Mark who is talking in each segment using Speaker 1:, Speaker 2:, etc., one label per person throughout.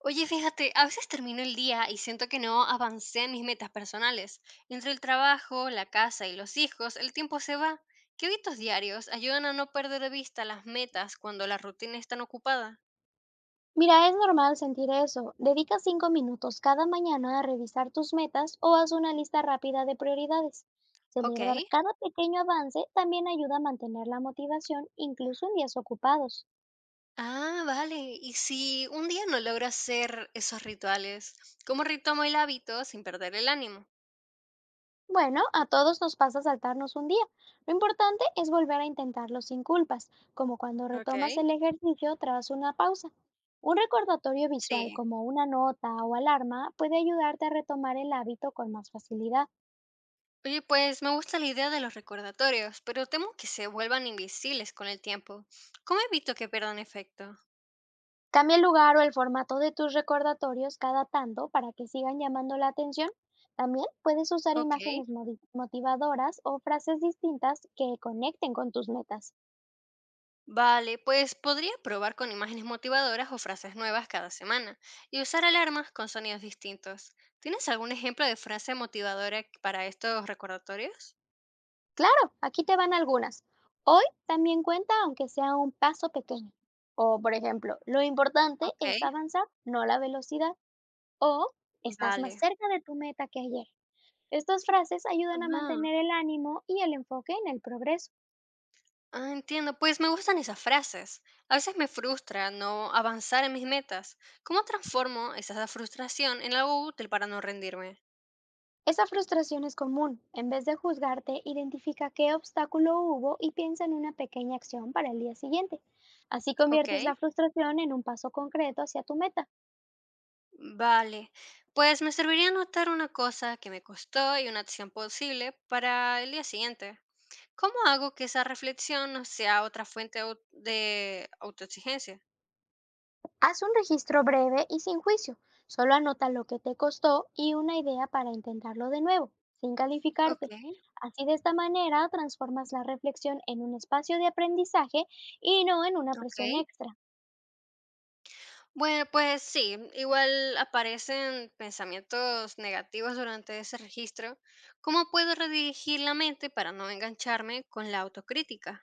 Speaker 1: Oye, fíjate, a veces termino el día y siento que no avancé en mis metas personales. Entre el trabajo, la casa y los hijos, el tiempo se va. ¿Qué hábitos diarios ayudan a no perder de vista las metas cuando la rutina es tan ocupada?
Speaker 2: Mira, es normal sentir eso. Dedica 5 minutos cada mañana a revisar tus metas o haz una lista rápida de prioridades.
Speaker 1: Ok.
Speaker 2: Celebrar cada pequeño avance también ayuda a mantener la motivación, incluso en días ocupados.
Speaker 1: Ah, vale. ¿Y si un día no logro hacer esos rituales, cómo retomo el hábito sin perder el ánimo?
Speaker 2: Bueno, a todos nos pasa saltarnos un día. Lo importante es volver a intentarlo sin culpas, como cuando
Speaker 1: Ok.
Speaker 2: retomas el ejercicio tras una pausa. Un recordatorio visual
Speaker 1: Sí.
Speaker 2: como una nota o alarma puede ayudarte a retomar el hábito con más facilidad.
Speaker 1: Oye, pues me gusta la idea de los recordatorios, pero temo que se vuelvan invisibles con el tiempo. ¿Cómo evito que pierdan efecto?
Speaker 2: Cambia el lugar o el formato de tus recordatorios cada tanto para que sigan llamando la atención. También puedes usar
Speaker 1: Ok.
Speaker 2: imágenes motivadoras o frases distintas que conecten con tus metas.
Speaker 1: Vale, pues podría probar con imágenes motivadoras o frases nuevas cada semana y usar alarmas con sonidos distintos. ¿Tienes algún ejemplo de frase motivadora para estos recordatorios?
Speaker 2: Claro, aquí te van algunas. Hoy también cuenta aunque sea un paso pequeño. O, por ejemplo, lo importante es
Speaker 1: Ok,
Speaker 2: avanzar, no la velocidad. O, estás más
Speaker 1: vale.
Speaker 2: cerca de tu meta que ayer. Estas frases ayudan a
Speaker 1: Ah,
Speaker 2: mantener el ánimo y el enfoque en el progreso.
Speaker 1: ah, entiendo, pues me gustan esas frases. A veces me frustra no avanzar en mis metas. ¿Cómo transformo esa frustración en algo útil para no rendirme?
Speaker 2: Esa frustración es común. En vez de juzgarte, identifica qué obstáculo hubo y piensa en una pequeña acción para el día siguiente. Así
Speaker 1: Ok,
Speaker 2: conviertes la frustración en un paso concreto hacia tu meta.
Speaker 1: vale. Pues me serviría anotar una cosa que me costó y una acción posible para el día siguiente. ¿Cómo hago que esa reflexión no sea otra fuente de de autoexigencia?
Speaker 2: Haz un registro breve y sin juicio. Solo anota lo que te costó y una idea para intentarlo de nuevo, sin
Speaker 1: Ok,
Speaker 2: calificarte. Así de esta manera transformas la reflexión en un espacio de aprendizaje y no en una
Speaker 1: ok.
Speaker 2: presión extra.
Speaker 1: Bueno, pues sí, igual aparecen pensamientos negativos durante ese registro. ¿Cómo puedo redirigir la mente para no engancharme con la autocrítica?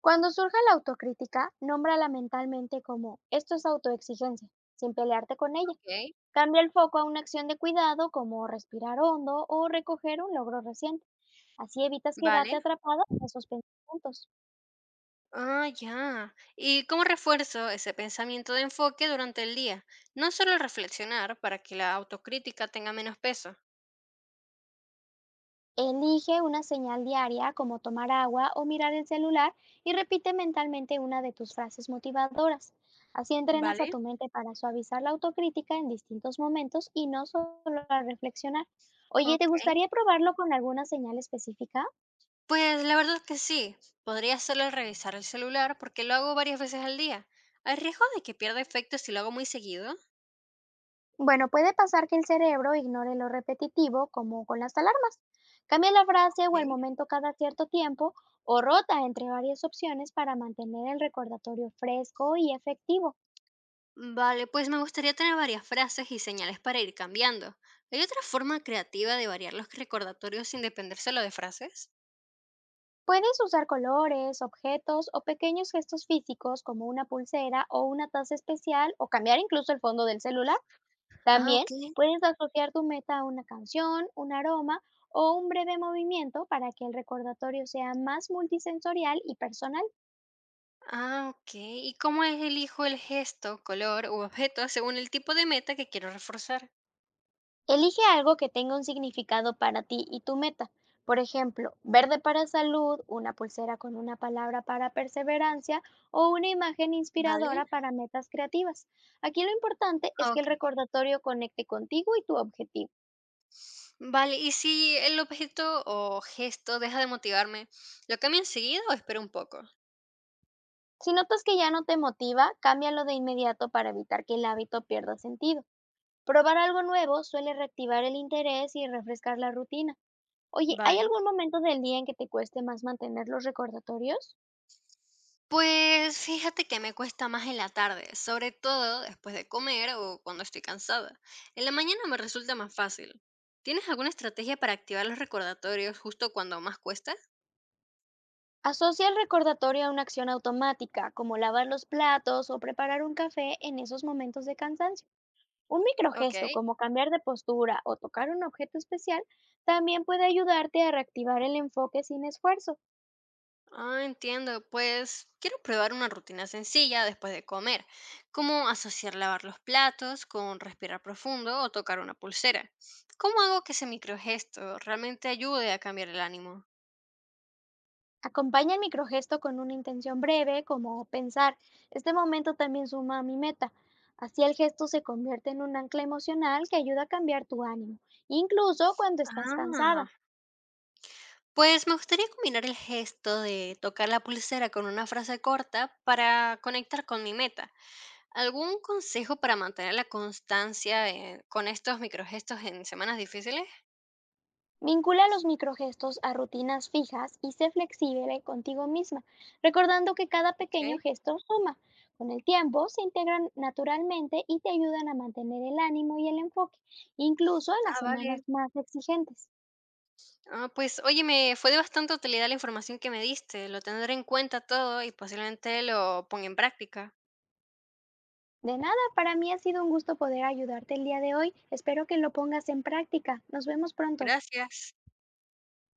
Speaker 2: Cuando surja la autocrítica, nómbrala mentalmente como esto es autoexigencia, sin pelearte con ella.
Speaker 1: Ok,
Speaker 2: Cambia el foco a una acción de cuidado como respirar hondo o recoger un logro reciente. Así evitas quedarte
Speaker 1: vale.
Speaker 2: atrapado en esos pensamientos.
Speaker 1: Ah, ya. ¿Y cómo refuerzo ese pensamiento de enfoque durante el día? No solo reflexionar para que la autocrítica tenga menos peso,
Speaker 2: Elige una señal diaria como tomar agua o mirar el celular y repite mentalmente una de tus frases motivadoras. Así entrenas a
Speaker 1: ¿vale?
Speaker 2: tu mente para suavizar la autocrítica en distintos momentos y no solo a reflexionar. Oye, ¿te
Speaker 1: Ok.
Speaker 2: gustaría probarlo con alguna señal específica?
Speaker 1: Pues la verdad que sí, podría solo revisar el celular porque lo hago varias veces al día. ¿Hay riesgo de que pierda efecto si lo hago muy seguido?
Speaker 2: Bueno, puede pasar que el cerebro ignore lo repetitivo, como con las alarmas. Cambia la frase o el
Speaker 1: Ok.
Speaker 2: momento cada cierto tiempo o rota entre varias opciones para mantener el recordatorio fresco y efectivo.
Speaker 1: Vale, pues me gustaría tener varias frases y señales para ir cambiando. ¿Hay otra forma creativa de variar los recordatorios sin depender solo de frases?
Speaker 2: Puedes usar colores, objetos o pequeños gestos físicos como una pulsera o una taza especial o cambiar incluso el fondo del celular.
Speaker 1: Ah,
Speaker 2: También
Speaker 1: ok.
Speaker 2: puedes asociar tu meta a una canción, un aroma o un breve movimiento para que el recordatorio sea más multisensorial y personal.
Speaker 1: Ah, ok. ¿Y cómo es elijo el gesto, color u objeto según el tipo de meta que quiero reforzar?
Speaker 2: Elige algo que tenga un significado para ti y tu meta. Por ejemplo, verde para salud, una pulsera con una palabra para perseverancia o una imagen
Speaker 1: Vale.
Speaker 2: inspiradora para metas creativas. Aquí lo importante es que el
Speaker 1: Ok.
Speaker 2: recordatorio conecte contigo y tu objetivo.
Speaker 1: Vale, y si el objeto o gesto deja de motivarme, ¿lo cambio enseguida o espero un poco?
Speaker 2: Si notas que ya no te motiva, cámbialo de inmediato para evitar que el hábito pierda sentido. Probar algo nuevo suele reactivar el interés y refrescar la rutina. Oye, ¿hay
Speaker 1: Vale.
Speaker 2: algún momento del día en que te cueste más mantener los recordatorios?
Speaker 1: Pues fíjate que me cuesta más en la tarde, sobre todo después de comer o cuando estoy cansada. En la mañana me resulta más fácil. ¿Tienes alguna estrategia para activar los recordatorios justo cuando más cuesta?
Speaker 2: Asocia el recordatorio a una acción automática, como lavar los platos o preparar un café en esos momentos de cansancio. Un
Speaker 1: Ok.
Speaker 2: microgesto, como cambiar de postura o tocar un objeto especial, también puede ayudarte a reactivar el enfoque sin esfuerzo.
Speaker 1: Ah, entiendo. Pues quiero probar una rutina sencilla después de comer, como asociar lavar los platos con respirar profundo o tocar una pulsera. ¿Cómo hago que ese microgesto realmente ayude a cambiar el ánimo?
Speaker 2: Acompaña el microgesto con una intención breve, como pensar, este momento también suma a mi meta. Así el gesto se convierte en un ancla emocional que ayuda a cambiar tu ánimo, incluso cuando estás cansada.
Speaker 1: Ah, pues me gustaría combinar el gesto de tocar la pulsera con una frase corta para conectar con mi meta. ¿Algún consejo para mantener la constancia con estos microgestos en semanas difíciles?
Speaker 2: Vincula los microgestos a rutinas fijas y sé flexible contigo misma, recordando que cada pequeño
Speaker 1: Ok.
Speaker 2: gesto suma. Con el tiempo se integran naturalmente y te ayudan a mantener el ánimo y el enfoque, incluso en las
Speaker 1: Ah,
Speaker 2: semanas
Speaker 1: vale.
Speaker 2: más exigentes.
Speaker 1: Ah, pues oye, me fue de bastante utilidad la información que me diste, lo tendré en cuenta todo y posiblemente lo ponga en práctica.
Speaker 2: De nada, para mí ha sido un gusto poder ayudarte el día de hoy. Espero que lo pongas en práctica. Nos vemos pronto.
Speaker 1: Gracias.